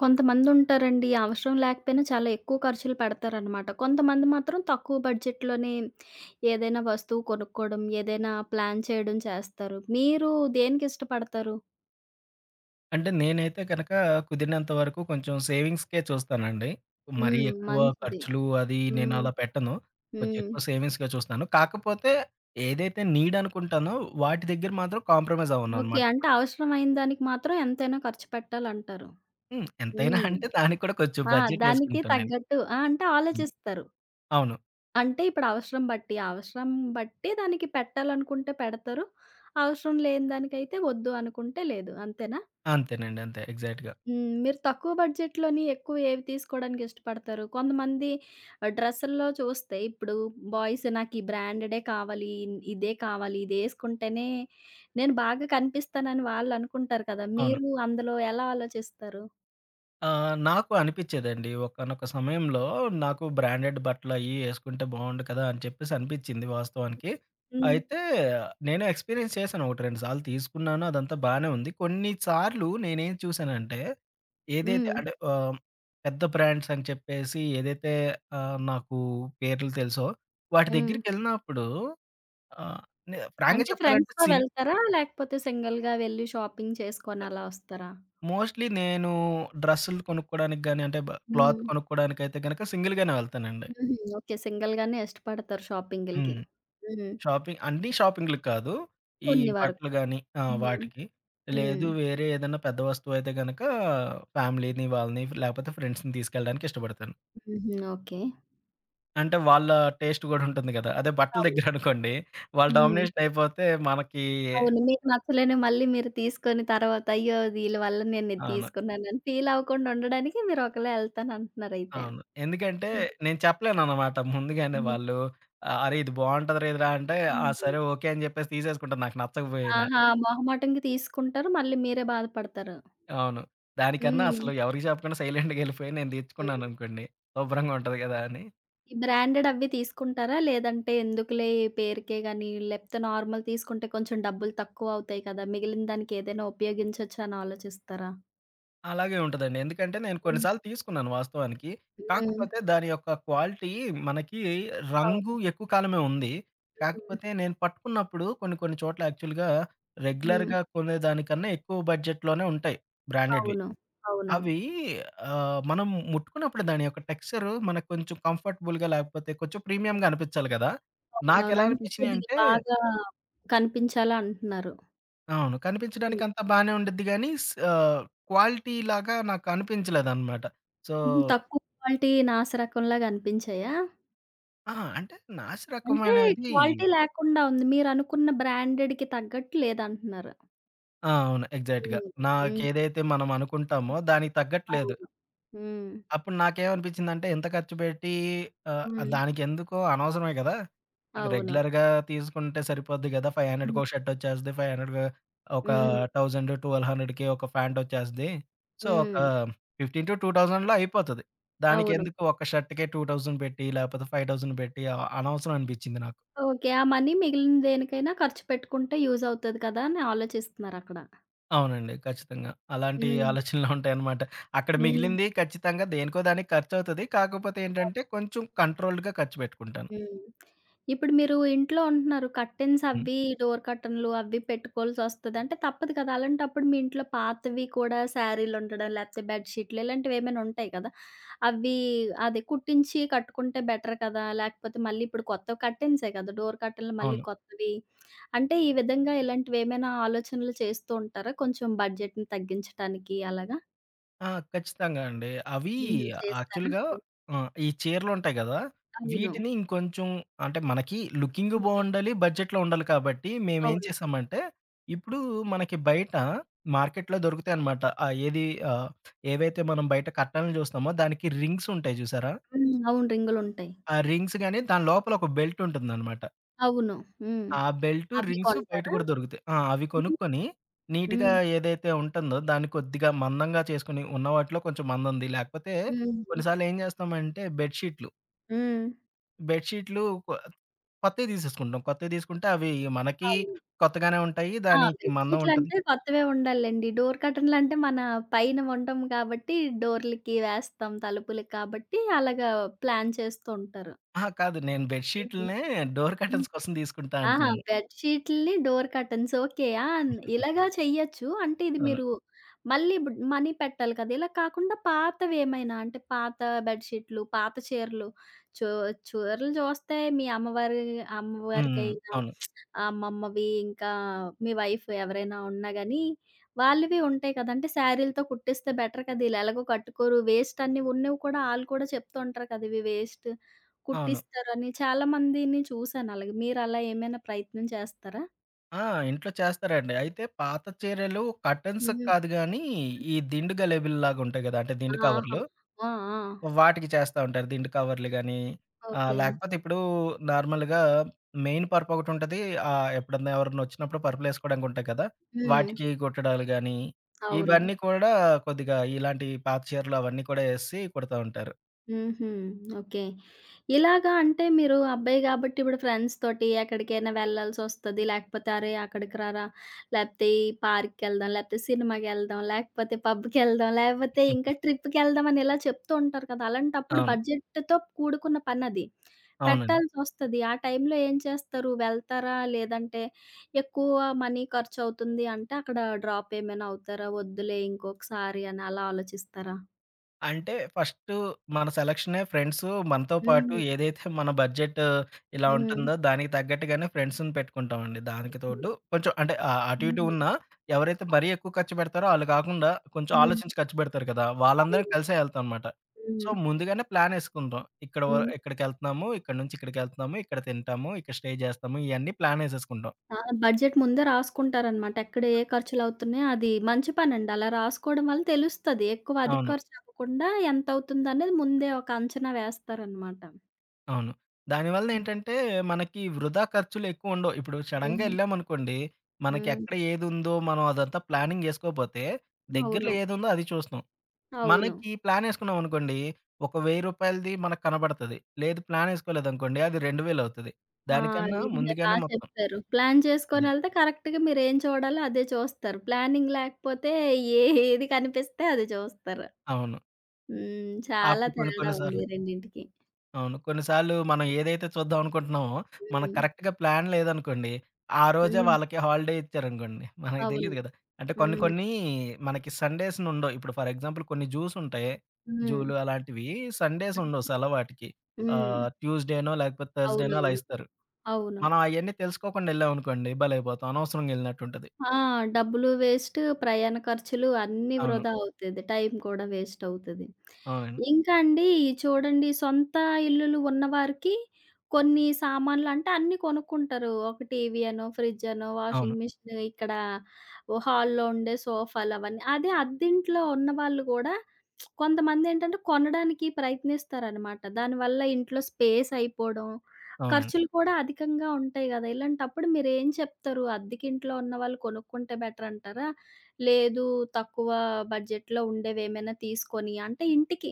కొంతమందుంటారండి. అవసరం లేకపోయినా చాలా ఎక్కువ ఖర్చులు పెడతారనమాట. కొంతమంది మాత్రం తక్కువ బడ్జెట్‌లోనే ఏదైనా వస్తువు కొనుక్కోవడం, ఏదైనా ప్లాన్ చేయడం చేస్తారు. మీరు దేనికిష్టపడతారు? అంటే నేనైతే గనక కుదిరినంత వరకు కొంచెం సేవింగ్స్‌కే చూస్తానండి. మరీ హ్మ్. ఎక్కువ మంచిది. ఖర్చులు అది నేను హ్మ్. అలా పెట్టను. కొంచెం హ్మ్. ఎక్కువ సేవింగ్స్‌గా చూస్తాను. కాకపోతే ఏదైతే నీడ్ అనుకుంటానో వాటి దగ్గర మాత్రం కాంప్రమైజ్ ఓకే. అవ్వననమాట. అంటే కొంచెం. అవసరమైన దానికి మాత్రం ఎంతైనా ఖర్చు పెట్టాలంటారు. హ్మ్. ఎంతైనా హ్మ్. అంటే దానికి కూడా కొంచెం ఆ! బడ్జెట్ దానికి యేసుకుంటానులెండి. తగ్గట్టు ఆ! అంటే హ్మ్. ఆలోచిస్తారు. అవును. అంటే ఇప్పుడు అవసరం బట్టి, అవసరం బట్టి దానికి పెట్టాలనుకుంటే పెడతారు. అవసరం లేని దానికైతే వద్దు అనుకుంటే లేదు. అంతేనా? అంతేనండి. అంతే ఎగ్జాక్ట్‌గా. హ్మ్. మీరు తక్కువ బడ్జెట్‌లోని ఎక్కువ ఏవి తీసుకోవడానికి ఇష్టపడతారు? కొంతమంది డ్రెస్సుల్లో చూస్తే ఇప్పుడు బాయ్స్ నాకు ఈ బ్రాండెడే కావాలి, ఇదే కావాలి, ఇదేసుకుంటేనే నేను బాగా కనిపిస్తానని వాళ్ళనుకుంటారు కదా! అవును. మీరు అందులో ఎలా ఆలోచిస్తారు? ఆ! నాకు అనిపిచ్చేదండి. ఒకానొక సమయంలో నాకు బ్రాండెడ్ బట్టలయ్యి యేసుకుంటే బావుండు కదా! అని చెప్పేసి అనిపిచ్చింది వాస్తవానికి. హ్మ్. అయితే నేను ఎక్స్‌పీరియన్స్ చేశాను. 1, 2 సార్లు తీసుకున్నాను. అదంతా బానే ఉంది. కొన్ని సార్లు నేనేం చూశానంటే, ఏదైతే హ్మ్. అంటే పెద్ద బ్రాండ్స్ అని చెప్పేసి ఏదైతే నాకు పేర్లు తెలుసో వాటి హ్మ్. దగ్గరికెళ్ళినప్పుడు ఆహ్, ఫ్రాంక్‌గా అంటే చెప్పాలంటే ఫ్రెండ్స్‌తో వెళ్తారా? లేకపోతే సింగిల్‌గా వెళ్లి షాపింగ్ చేసుకొని అలా వస్తారా? మోస్ట్‌లీ నేను డ్రెస్సులు కొనుక్కోవడానికి గాని, అంటే క్లాత్ హ్మ్. కొనుక్కోవడానికైతే గనక సింగిల్‌గానే వెళ్తానండి. హుహు. ఓకే. సింగిల్‌గానే ఇష్టపడతారు షాపింగులకి. హ్మ్. హ్మ్. షాపింగ్ అన్ని షాపింగ్‌లకి కాదు. ఈ కొన్ని వరకు. బట్టలు గాని ఆ! హ్మ్. వాటికి. హ్మ్. లేదు, వేరే ఏదైనా పెద్ద వస్తువైతే గనక ఫ్యామిలీని వాళ్ళని లేకపోతే ఫ్రెండ్స్‌ని తీసుకెళ్ళడానికి ఇష్టపడతాను. హుహు. ఓకే. అంటే వాళ్ళ టేస్ట్ గూడా ఉంటుంది గదా! అదే బట్టల దగ్గర అవునవును. అనుకోండి వాళ్ళు హ్మ్. డామినేషన్ అయిపోతే మనకి. అవును. మీకు నచ్చలేనివి మళ్ళీ మీరు తీసుకొని తర్వాత, అయ్యో! వీళ్ళ వల్ల నేనిది అవును. తీసుకున్నానని ఫీల్ అవ్వకుండా ఉండడానికి మీరు ఒకళ్ళే ఎళ్తానంటున్నారయితే. అవును. ఎందుకంటే హ్మ్. నేను చెప్పలేననమాట ముందుగానే హ్మ్. వాళ్ళు "అరే! ఇది బావుంటదిరా ఇది" రా" అంటే ఆ! హ్మ్. హ్మ్. సరే ఓకే అని జెప్పేసి తీసేసుకుంటా నాకు నచ్చకపోయినా. ఆహా! మొహమాటంకి తీసుకుంటారు. మళ్ళీ మీరే బాధపడతారు. అవును. దానికన్నా హ్మ్. అసలు ఎవరికీ చెప్పకుండా సైలెంట్‌గా ఎళ్ళిపోయి నేను హ్మ్. తెచ్చుకున్నాననుకోండి, శుభ్రంగా ఉంటది కదా అని. ఈ బ్రాండెడ్ అవి తీసుకుంటారా? లేదంటే ఎందుకులే ఈ పేరుకే గాని, లేపోతే నార్మల్ తీసుకుంటే కొంచెం డబ్బులు తక్కువ అవుతాయి కదా! మిగిలిన దానికి ఏదైనా ఉపయోగించొచ్చు అని ఆలోచిస్తారా? అలాగే ఉంటదండి. ఎందుకంటే నేను కొన్ని హ్మ్. సార్లు తీసుకున్నాను వాస్తవానికి. హ్మ్. కాకపోతే దాని యొక్క క్వాలిటీ మనకి రంగు అవును. ఎక్కువ కాలమే ఉంది. హ్మ్. కాకపోతే నేను పట్టుకున్నప్పుడు కొన్ని కొన్ని చోట్ల యాక్చువల్‌గా హ్మ్. రెగ్యులర్‌గా కొనేదానికన్నా ఎక్కువ బడ్జెట్‌లోనే ఉంటాయి బ్రాండెడ్‌వి. అవును. అవును. అవి, మనం ముట్టుకున్నప్పుడు దాని యొక్క టెక్స్చర్ మనకు కొంచెం కంఫర్టబుల్‌గా లేకపోతే కొంచెం ప్రీమియంగా అనిపించాలి కదా! అవునవును. నాకెలా అంటే కొద్దిగా అనిపించినియంటే, బాగా కనిపించాలా అంటున్నారు. అవును, కనిపించడానికి హ్మ్. అంతా బానే ఉండిద్ది గానీ క్వాలిటీ లాగా నాకు అనిపించలేదనమాట. సో, హ్మ్. తక్కువ క్వాలిటీ నాసిరకంలాగా అనిపించాయా? ఆ! అంటే నాసిరకం అంటే అనేది. క్వాలిటీ లేకుండా ఉంది. మీరనుకున్న బ్రాండెడ్‌కి తగ్గట్టు లేదంటున్నారు. ఆ! అవును. ఎగ్జాక్ట్‌గా. హ్మ్. హ్మ్. నాకేదైతే మనం అనుకుంటామో దానికి తగ్గట్లేదు. అవును. హ్మ్. అప్పుడు నాకేమనిపించిందంటే ఎంత ఖర్చు పెట్టి ఆహ్, హ్మ్. దానికెందుకో అనవసరమే కదా! ఇక అవును. రెగ్యులర్‌గా తీసుకుంటే సరిపోద్ది కదా! 500కి హ్మ్. ఒక షర్ట్ వచ్చేస్తది. 500 ఒక హ్మ్. 1000, 1200కి ఒక ప్యాంట్ వచ్చేస్తది. సో, ఒక హ్మ్. 15,000-2000లో అయిపోతది. అవును. దానికెందుకు ఒక షర్ట్‌కే 2000 పెట్టి లేకపోతే 5000 పెట్టి అనవసరం అనిపించింది నాకు. ఓకే. ఆ మనీ మిగిలిన దేనికైనా ఖర్చు పెట్టుకుంటే యూజ్ అవుతది కదా! అని ఆలోచిస్తున్నారక్కడ. అవునండి. ఖచ్చితంగా. అలాంటి హ్మ్. ఆలోచనలు ఉంటాయన్నమాట. అక్కడ హ్మ్. మిగిలింది ఖచ్చితంగా దేనికో దానికి ఖర్చవుతది. కాకపోతే ఏంటంటే అవును. కొంచెం కంట్రోల్డ్‌గా ఖర్చు పెట్టుకుంటాను. హ్మ్. ఇప్పుడు మీరు ఇంట్లో ఉంటున్నారు. కర్టెన్స్ హ్మ్. అవ్వి, డోర్ కర్టెన్‌లు అవ్వి పెట్టుకోవాల్సొస్తది. అంటే తప్పదు కదా! అలాంటప్పుడు మీ ఇంట్లో పాతవి కూడా శారీలుండడం, లేపోతే బెడ్ షీట్లు ఇలాంటివేమైనా ఉంటాయి కదా! అవ్వి అదే కుట్టించి కట్టుకుంటే బెటర్ కదా! లేకపోతే మళ్ళీ ఇప్పుడు కొత్త కర్టెన్సే కదా! డోర్ కర్టెన్‌లు మళ్ళీ అవును. కొత్తవి. అంటే ఈ విధంగా ఇలాంటివేమైనా ఆలోచనలు చేస్తూ ఉంటారా? కొంచెం బడ్జెట్‌ని తగ్గించటానికి అలాగా? ఆ! ఖచ్చితంగా అండి. అవి హుహు. చేస్తారా? యాక్చువల్‌గా హ్మ్. ఈ చీరలుంటాయి గదా! అవును. వీటిని ఇంకొంచెం అంటే మనకి లుకింగ్ హ్మ్. బావుండాలి, బడ్జెట్‌లో ఉండాలి కాబట్టి మేమేం అవును. చేసామంటే, ఇప్పుడు మనకి బయట మార్కెట్‌లో దొరుకుతాయనమాట. ఆహ్, ఏవైతే మనం బయట కట్టలను జూస్తామో దానికి రింగ్స్ ఉంటాయి జూసారా? హ్మ్. అవును. రింగులుంటాయి. ఆ రింగ్స్ గాని దాని లోపల ఒక బెల్ట్ ఉంటుందనమాట. అవును. హ్మ్. ఆ బెల్టు, అవి రింగ్స్ బయట కొంటారా? కూడా దొరుకుతాయి. ఆ! అవి హ్మ్. కొనుక్కొని నీట్‌గా హ్మ్. ఏదైతే ఉంటుందో దాన్ని కొద్దిగా మందంగా చేసుకొని, ఉన్న వాటిలో కొంచెం మందంది లేకపోతే హ్మ్. కొన్నిసార్లు ఏం చేస్తామంటే బెడ్ షీట్లు, హ్మ్. బెడ్ షీట్లు కొ కొత్తయి తీసేసుకుంటాం. కొత్తయి తీసుకుంటే అవి మనకి అవును. కొత్తగానే ఉంటాయి. ఆ! దానికి మందం ఉంటది. బెడ్‌షీట్లంటే కొత్తవే ఉండాలండి. డోర్ కర్టెన్లంటే మన పైన ఉండం కాబట్టి డోర్‌లకి వేస్తాం, తలుపులకి కాబట్టి అలాగా ప్లాన్ చేస్తూ ఉంటారు. అహా! కాదు, నేను బెడ్ హుహు. షీట్లనే డోర్ కర్టెన్స్ కోసం తీసుకుంటా ఆహా! అంటున్నాను. బెడ్ షీట్‌లని డోర్ కర్టెన్స్ ఓకే. ఆ! ఇలాగా చెయ్యొచ్చు. అంటే ఇది అవును. మీరు మళ్ళీ బుడ్ మనీ పెట్టాలి కదా! ఇలా కాకుండా పాతవేమైనా అంటే పాత బెడ్ షీట్‌లు, పాత చీరలు చో చీరలు చూస్తే మీ అమ్మవారి హ్మ్. అమ్మవారికైనా అవును. అమ్మమ్మవి ఇంకా మీ వైఫ్ ఎవరైనా ఉన్నా గానీ వాళ్ళవి ఉంటాయి కదా! అంటే శారీలతో కుట్టిస్తే బెటర్ కదా! ఈళ్ళెలాగో కట్టుకోరు. వేస్ట్ అన్నీ ఉన్నవి కూడా ఆళ్ళు కూడా చెప్తూ ఉంటారు కదా! ఇవి వేస్ట్ అవును. కుట్టిస్తారని చాలా మందిని చూసాను అలాగే. మీరలా ఏమైనా ప్రయత్నం చేస్తారా? ఆ! ఇంట్లో చేస్తారండి. అయితే పాత చీరలు కర్టెన్స్ హ్మ్. కాదు గానీ, హ్మ్. ఈ దిండు గలేబుల్లాగా ఉంటాయి గదా! అంటే దిండు ఆహా! కవర్లు. ఆ! ఆ! వాటికి చేస్తా ఉంటారు. దిండు కవర్లు గానీ, ఓకే. లేకపోతే ఇప్పుడు నార్మల్‌గా మెయిన్ పరుపు ఒకటుంటది. ఎప్పుడన్నా ఎవరన్నా వచ్చినప్పుడు పరుపులేసుకోవడానికి ఉంటాయి కదా! హ్మ్. వాటికి కుట్టడాలు గానీ, అవును. ఇవన్నీ కూడా కొద్దిగా ఇలాంటి పాత చీరలు అవన్నీ కూడా యేసి కుడతా ఉంటారు. హుహు. ఓకే. ఇలాగా అంటే మీరు అబ్బాయి గాబట్టి ఇప్పుడు ఫ్రెండ్స్ తోటి ఎక్కడికైనా వెళ్ళాల్సొస్తది. లేకపోతే అరే! అక్కడికి రారా! లేకపోతే ఈ పార్క్‌కెళ్దాం, లేకపోతే సినిమాకెళ్దాం, లేకపోతే పబ్‌కెళ్దాం, లేకపోతే హ్మ్. ఇంకా ట్రిప్‌కెళ్దాం అని ఇలా చెప్తూ ఉంటారు కదా! అలాంటప్పుడు అవును. బడ్జెట్‌తో కూడుకున్న పనది. అవునండి. పెట్టాల్సొస్తది. ఆ టైంలో ఏం చేస్తారు? వెళ్తారా? లేదంటే ఎక్కువ మనీ ఖర్చవుతుంది అంటే అక్కడ డ్రాప్ ఏమైనా అవుతారా? వద్దులే ఇంకొకసారి అని అలా ఆలోచిస్తారా? అంటే ఫస్టు మన సెలక్షనే ఫ్రెండ్సు మనతో పాటు హ్మ్. ఏదైతే మన బడ్జెట్ ఇలా హ్మ్. ఉంటుందో దానికి తగ్గట్టుగానే ఫ్రెండ్స్‌ని పెట్టుకుంటామండి. దానికి తోడు కొంచెం అంటే అటు ఇటు హ్మ్. ఉన్నా ఎవరైతే ఆ! మరీ ఎక్కువ ఖర్చు పెడతారో ఆళ్ళు కాకుండా కొంచెం హ్మ్. ఆలోచించి ఖర్చు పెడతారు కదా! వాళ్ళందరం అవును. కలిసే ఎళ్తాం అనమాట. సో, హ్మ్. ముందుగానే ప్లానేసుకుంటాం. హ్మ్. ఇక్కడికెళ్తున్నాము, ఇక్కడి నుంచి ఇక్కడికెళ్తున్నాము, ఇక్కడ తింటాము, ఇక్కడ స్టే చేస్తాము ఇయన్నీ ప్లానేసేసుకుంటాం. ఆ! బడ్జెట్ ముందే రాసుకుంటారనమాట. ఎక్కడ ఏ ఖర్చులవుతున్నాయో అది మంచి పనండి. అలా రాసుకోవడం వల్ల తెలుస్తది. ఎక్కువ అధిక అవును. ఖర్చవ్వకుండా ఎంతవుతుందనేది ముందే ఒక అంచనా వేస్తారనమాట. అవును. హ్మ్. దానివల్లేంటంటే, మనకి వృధా ఖర్చులెక్కువుండవు. ఇప్పుడు సడెన్‌గా హ్మ్. ఎళ్ళామనుకోండి, హ్మ్. మనకెక్కడ ఏదుందో మనం అదంతా ప్లానింగ్ ఏసుకోపోతే, దగ్గరలో అవును. ఏదుందో అది చూస్తాం. అవును. మనకి ప్లానేసుకున్నామనుకోండి, ఒక రూ. 1000 మనకు కనబడతది. లేదు, ప్లానేసుకోలేదనుకోండి, అది 2000 అవుతది. ఆ! దానికన్నా నిజమే. బా ముందుగానే మొత్తం చెప్పారు. ప్లాన్ అదే. చేసుకొనెళ్తే కరెక్ట్‌గా మీరేం చూడాలో అదే చూస్తారు. ప్లానింగ్ లేకపోతే ఏ ఏది కనిపిస్తే అది చూస్తారు. అవును. హ్మ్. చాలా అప్పుడు కొన్ని తేడా కొన్ని ఉంది సార్లు, రెండింటికి. అవును, కొన్నిసార్లు మనం ఏదైతే చూద్దాం అనుకుంటున్నామో, మనకు హ్మ్. కరెక్ట్‌గా ప్లాన్ లేదనుకోండి, ఆ రోజే హ్మ్. వాళ్ళకి హాలిడే ఇచ్చారనుకోండి, మనకు అవును. తెలీదు గదా! అంటే కొన్ని హ్మ్. కొన్ని మనకి సండేస్‌నుండవు. ఇప్పుడు ఫర్ ఎగ్జాంపుల్ కొన్ని జూస్ ఉంటాయి. హ్మ్. జూలు అలాంటివి సండేస్ ఉండవు సెలవు వాటికి. హ్మ్. ట్యూస్‌డేనో లేకపోతే థర్స్‌డేనో అలా అవునవును. ఇస్తారు. అవును. మనం అయన్నీ తెలుసుకోకుండా ఎళ్ళామనుకోండి బలైపోతాం. అనవసరంగా ఎళ్ళినట్టుంటది. ఆ! డబ్బులు వేస్ట్, ప్రయాణ ఖర్చులు అన్నీ అవును. వృధా అవుతది. టైం కూడా వేస్ట్ అవుతది. అవునండి. ఇంకా అండి చూడండి సొంత ఇల్లులు ఉన్నవారికి కొన్ని సామాన్లు అంటే అన్నీ కొనుక్కుంటారు. ఒక టీవీ అనో, ఫ్రిడ్జ్ అనో, అవును. వాషింగ్ మిషన్ ఇక్కడ ఓ హాల్‌లో ఉండే సోఫాలు అవన్నీ. అదే అద్దింట్లో ఉన్నవాళ్ళు గూడా కొంతమందేంటంటే కొనడానికి ప్రయత్నిస్తారనమాట. దానివల్ల ఇంట్లో స్పేస్ అయిపోవడం, అవునండి. ఖర్చులు కూడా అధికంగా ఉంటాయి గదా! ఇలాంటప్పుడు మీరేం చెప్తారు? అద్దెకింట్లో ఉన్నవాళ్ళు కొనుక్కుంటే బెటర్ అంటారా? లేదు తక్కువ బడ్జెట్‌లో ఉండేవేమైనా తీసుకొని అంటే ఇంటికి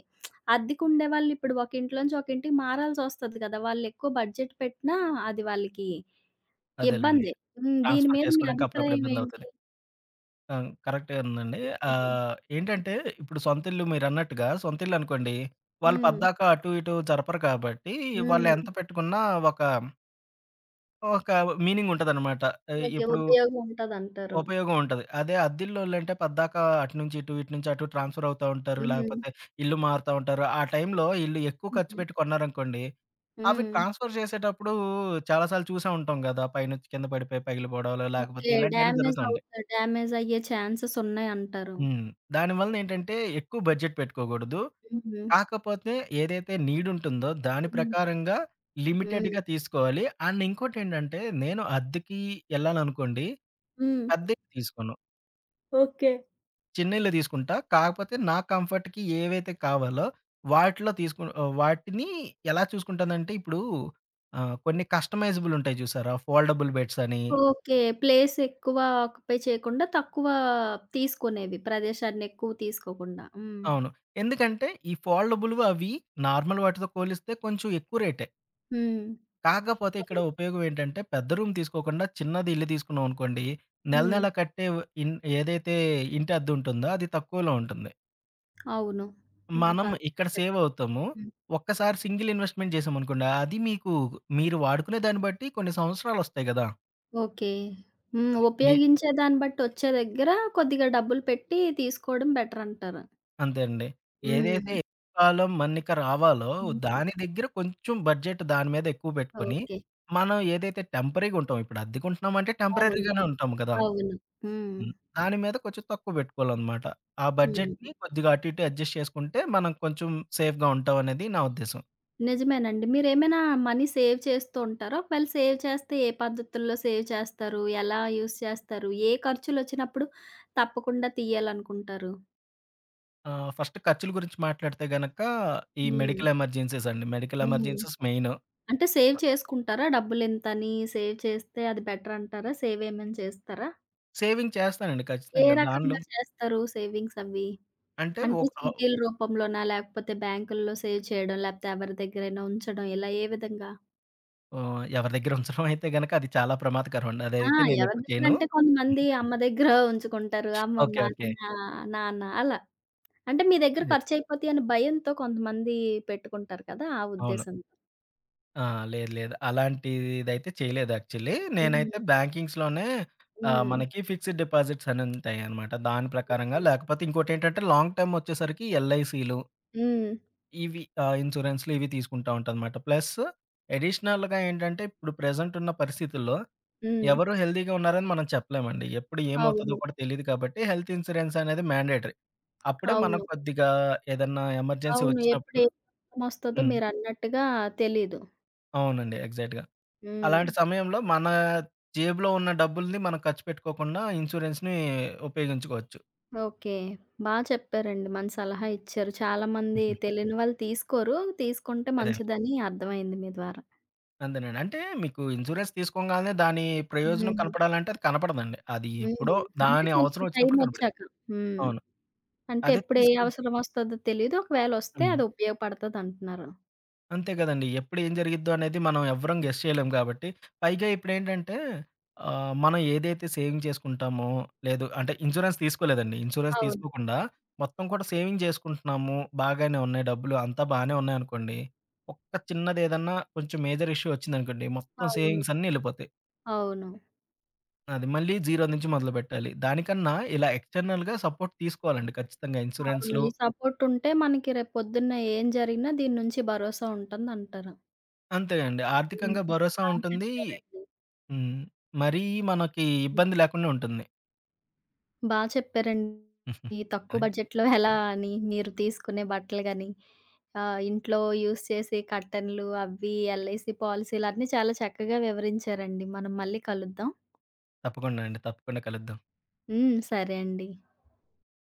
అద్దెకుండేవాళ్ళు ఇప్పుడు ఒక ఇంట్లో నుంచి ఒక ఇంటికి మారాల్సొస్తది గదా! వాళ్ళెక్కువ బడ్జెట్ పెట్టినా అది వాళ్ళకి అదేలెండి. ఇబ్బందే. హ్మ్. దీని ట్రాన్స్‌ఫర్ మీద మీ చేసుకోవడానికి అప్పుడప్పుడు అభిప్రాయం ఏంటి? ఇబ్బందవుతది. ఆ! కరెక్టేనండి. హ్మ్. ఏంటంటే ఇప్పుడు సొంతిల్లు, మీరన్నట్టుగా సొంతిల్లు అనుకోండి, వాళ్ళు హ్మ్. పద్దాక అటు ఇటు జరపరు కాబట్టి, వాళ్ళు ఎంత హ్మ్. పెట్టుకున్నా ఒక, ఒక మీనింగ్ ఉంటదనమాట. ఆహ్, ఓకే. ఇప్పుడు ఉపయోగం ఉంటదంటారు. ఉపయోగం ఉంటది. అదే అద్దిల్లోలంటే పద్దాక అటు నుంచి ఇటు, ఇటు నుంచి అటు ట్రాన్స్‌ఫర్ అవుతా ఉంటారు. హ్మ్. లేకపోతే ఇల్లు మారుతా ఉంటారు. ఆ టైంలో ఈళ్ళు ఎక్కువ ఖర్చు హ్మ్. పెట్టి కొన్నారనుకోండి, అవి హ్మ్. ట్రాన్స్‌ఫర్ చేసేటప్పుడు చాలా సార్లు చూసే ఉంటాం గదా! పైనుంచి కింద పడిపోయి పగిలిపోవడాలు, లేకపోతే ఓకే. ఇలాంటియన్నీ డ్యామేజ్ జరుగుతూ ఉంటాయి. అవుతా డ్యామేజ్ అయ్యే ఛాన్సెస్ ఉన్నాయంటారు. హ్మ్. దానివలనేంటంటే ఎక్కువ బడ్జెట్ పెట్టుకోకూడదు. హుహు. కాకపోతే ఏదైతే నీడ్ ఉంటుందో దాని హ్మ్. హ్మ్. ప్రకారంగా హ్మ్. లిమిటెడ్‌గా తీసుకోవాలి. అండ్ ఇంకోటేంటంటే నేను అద్దెకి ఎళ్ళాలనుకోండి. హ్మ్. అద్దెకి తీసుకోను. ఓకే. చిన్న ఇల్లే తీసుకుంటా. కాకపోతే నా కంఫర్ట్‌కి ఏవైతే కావాలో వాటిలో తీసుకు వాటిని ఎలా చూసుకుంటానంటే ఇప్పుడు కొన్ని కస్టమైజబుల్ ఉంటాయి చూసారా? ఫోల్డబుల్ బెడ్స్ అని. ఓకే. ప్లేస్ ఎక్కువ ఆక్యుపై చేయకుండా తక్కువ తీసుకునేవి. ప్రదేశాన్ని ఎక్కువ తీసుకోకుండా. హ్మ్. అవును. ఎందుకంటే ఈ ఫోల్డబుల్‌వి అవి నార్మల్ వాటితో పోలిస్తే కొంచెం ఎక్కువ రేటే. హ్మ్. కాకపోతే ఇక్కడ అవును. ఉపయోగం ఏంటంటే, పెద్ద రూమ్ తీసుకోకుండా చిన్నది ఇల్లు తీసుకున్నామనుకోండి, నెల హ్మ్. నెల కట్టే ఇన్ ఏదైతే ఇంటి అద్దుంటుందో అది తక్కువలో ఉంటుంది. అవును. హ్మ్. మనం కాదు. ఇక్కడ సేవ్ అవుతాము. హ్మ్. ఒక్కసారి సింగిల్ ఇన్వెస్ట్‌మెంట్ చేశామనుకోండి, అది మీకు, మీరు వాడుకునే దాన్ని బట్టి కొన్ని సంవత్సరాలొస్తాయి గదా! ఓకే. హ్మ్. అది మీ ఉపయోగించే దాన్ని బట్టి వచ్చే దగ్గర కొద్దిగా డబ్బులు పెట్టి తీసుకోవడం బెటర్ అంటారు. అంతే అండి. ఏదైతే హ్మ్. ఎక్కువ కాలం మన్నిక రావాలో హ్మ్. దాని దగ్గర కొంచెం బడ్జెట్ దాని మీద ఎక్కువ పెట్టుకొని, ఓకే. మనం ఏదైతే టెంపరరీగా ఉంటాం ఇప్పుడు అద్దెకుంటున్నామంటే అవును. టెంపరరీగానే ఉంటాం కదా! అవును. హ్మ్. హ్మ్. దాని మీద కొంచెం తక్కువ పెట్టుకోవాలనమాట. ఆ హ్మ్. బడ్జెట్‌ని కొద్దిగా అటు ఇటు అడ్జస్ట్ చేసుకుంటే మనం కొంచెం సేఫ్‌గా ఉంటామనేది నా ఉద్దేశం. నిజమేనండి. మీరేమైనా మనీ సేవ్ చేస్తూ ఉంటారా? ఒకవేళ సేవ్ చేస్తే ఏ పద్ధతుల్లో సేవ్ చేస్తారు? ఎలా యూజ్ చేస్తారు? ఏ ఖర్చులొచ్చినప్పుడు తప్పకుండా తీయాలనుకుంటారు? ఫస్ట్ ఖర్చుల గురించి మాట్లాడితే గనక ఈ హ్మ్. మెడికల్ ఎమర్జెన్సీస్ అండి. మెడికల్ హ్మ్. Emergencies main. అంటే సేవ్ చేసుకుంటారా? డబ్బులింతని సేవ్ చేస్తే అది బెటరంటారా? సేవ్ ఏమైనా చేస్తారా? సేవింగ్ చేస్తానండి ఏ ఖచ్చితంగా. దానిలో రకంగా చేస్తారు సేవింగ్స్ అవి? అంటే అంటే చీటీల రూపంలోనా? లేకపోతే బ్యాంకుల్లో సేవ్ చేయడం? లేకపోతే ఎవరి దగ్గరైనా ఉంచడం? ఇలా ఏ విధంగా? ఎవరి దగ్గర ఉంచడం అయితే గనక అది చాలా ప్రమాదకరం అండి. ఆ! అదైతే ఎవరి నేనెప్పుడు చేయను. దగ్గరంటే కొంతమంది హ్మ్. అమ్మ దగ్గర ఉంచుకుంటారు. ఓకే. అమ్మమ్మ, ఓకే. నా నాన్న అలా. అంటే మీ దగ్గర లేదు. ఖర్చయిపోతాయి అనే భయంతో కొంతమంది పెట్టుకుంటారు కదా! ఆ అవును. ఉద్దేశంతో. ఆ! లేదు. లేదు. అలాంటిదైతే చేయలేదు యాక్చువల్లీ. హ్మ్. నేనైతే బ్యాంకింగ్స్‌లోనే హ్మ్. మనకి ఫిక్స్డ్ డిపాజిట్స్ అని ఉంటాయనమాట. దాని ప్రకారంగా లేకపోతే ఇంకోటేంటంటే లాంగ్ టర్మ్ వచ్చేసరికి ఎల్ఐసీలు హ్మ్. ఇన్సూరెన్స్‌లు ఇవి తీసుకుంటా ఉంటానమాట. ప్లస్ అడిషనల్‌గా ఏంటంటే ఇప్పుడు ప్రెజెంట్ ఉన్న పరిస్థితుల్లో హ్మ్. ఎవరు హెల్తీగా ఉన్నారని మనం చెప్పలేమండి. ఎప్పుడు ఏమవుతదో అవును. కూడా తెలీదు కాబట్టి హెల్త్ ఇన్సూరెన్స్ అనేది మ్యాండేటరీ. అప్పుడే మనకు అవును. కొద్దిగా ఏదన్నా ఎమర్జెన్సీ అవును. ఎప్పుడు వచ్చినప్పుడు. ఏ కష్టమొస్తదో హ్మ్. మీరన్నట్టుగా తెలీదు. అవునండి. ఎగ్జాక్ట్‌గా. హ్మ్. అలాంటి సమయంలో మన జేబులో ఉన్న డబ్బుల్ని మనం ఖర్చు పెట్టుకోకుండా ఇన్సూరెన్స్‌ని ఉపయోగించుకోవచ్చు. ఓకే. బా చెప్పారండి. మంచి సలహా ఇచ్చారు. చాలా మంది హుహు. తెలియని వాళ్ళు తీసుకోరు. తీసుకుంటే అదేండి. మంచిదని అర్థమైంది మీ ద్వారా. అంతేనండి. అంటే మీకు ఇన్సూరెన్స్ తీసుకోంగానే దాని ప్రయోజనం హ్మ్. కనపడాలంటే అది కనపడదండి. అది హ్మ్. ఎప్పుడో అంటే దాని కొంత అవసరం వచ్చినప్పుడు కనపడిద్ది. టైమొచ్చాక. హ్మ్. అవును. అంటే అదే ఎప్పుడు ఏ తీసుకుని. అవసరం వస్తదో తెలీదు. ఒకవేళొస్తే హ్మ్. అది ఉపయోగపడతదంటున్నారు. అంతే కదండీ. ఎప్పుడు ఏం జరిగిద్దో అనేది మనం ఎవ్వరం గెస్ చేయలేం గాబట్టి, పైగా ఇప్పుడేంటంటే మనం ఏదైతే సేవింగ్ చేసుకుంటామో, లేదు అంటే ఇన్సూరెన్స్ తీసుకోలేదండి. ఇన్సూరెన్స్ అవును. తీసుకోకుండా మొత్తం కూడా సేవింగ్ చేసుకుంటున్నాము. బాగానే ఉన్నాయి డబ్బులు. అంతా బానే ఉన్నాయనుకోండి. ఒక్క చిన్నదేదన్నా కొంచెం మేజర్ ఇష్యూ వచ్చిందనుకోండి, మొత్తం అవును. సేవింగ్స్ అన్నీ ఎళ్ళిపోతాయి. అవును. అది మళ్ళీ జీరో నుంచి మొదలుపెట్టాలి. దానికన్నా ఇలా ఎక్స్‌టర్నల్‌గా సపోర్ట్ తీసుకోవాలండి ఖచ్చితంగా అవును. ఇన్సూరెన్స్‌లు. ఈ సపోర్టుంటే మనకి రేపొద్దున్న ఏం జరిగినా దీని నుంచి భరోసా ఉంటుందంటారు. అంతే అండి. హ్మ్. ఆర్థికంగా భరోసా బా ఉంటుంది. చెప్పారండి. హ్మ్. మరీ మనకి హ్మ్. ఇబ్బంది లేకుండా ఉంటుంది. బా చెప్పారండి. ఈ తక్కువ అదే. బడ్జెట్‌లో ఎలా అని మీరు తీసుకునే బట్టలు గాని, ఇంట్లో యూజ్ చేసే కర్టెన్‌లు అవి ఎల్ఐసీ పాలిసీలన్నీ చాలా చక్కగా వివరించారండి. మనం మళ్ళీ కలుద్దాం. తప్పకుండా అండి. తప్పకుండా కలుద్దాం. హ్మ్. సరే అండి.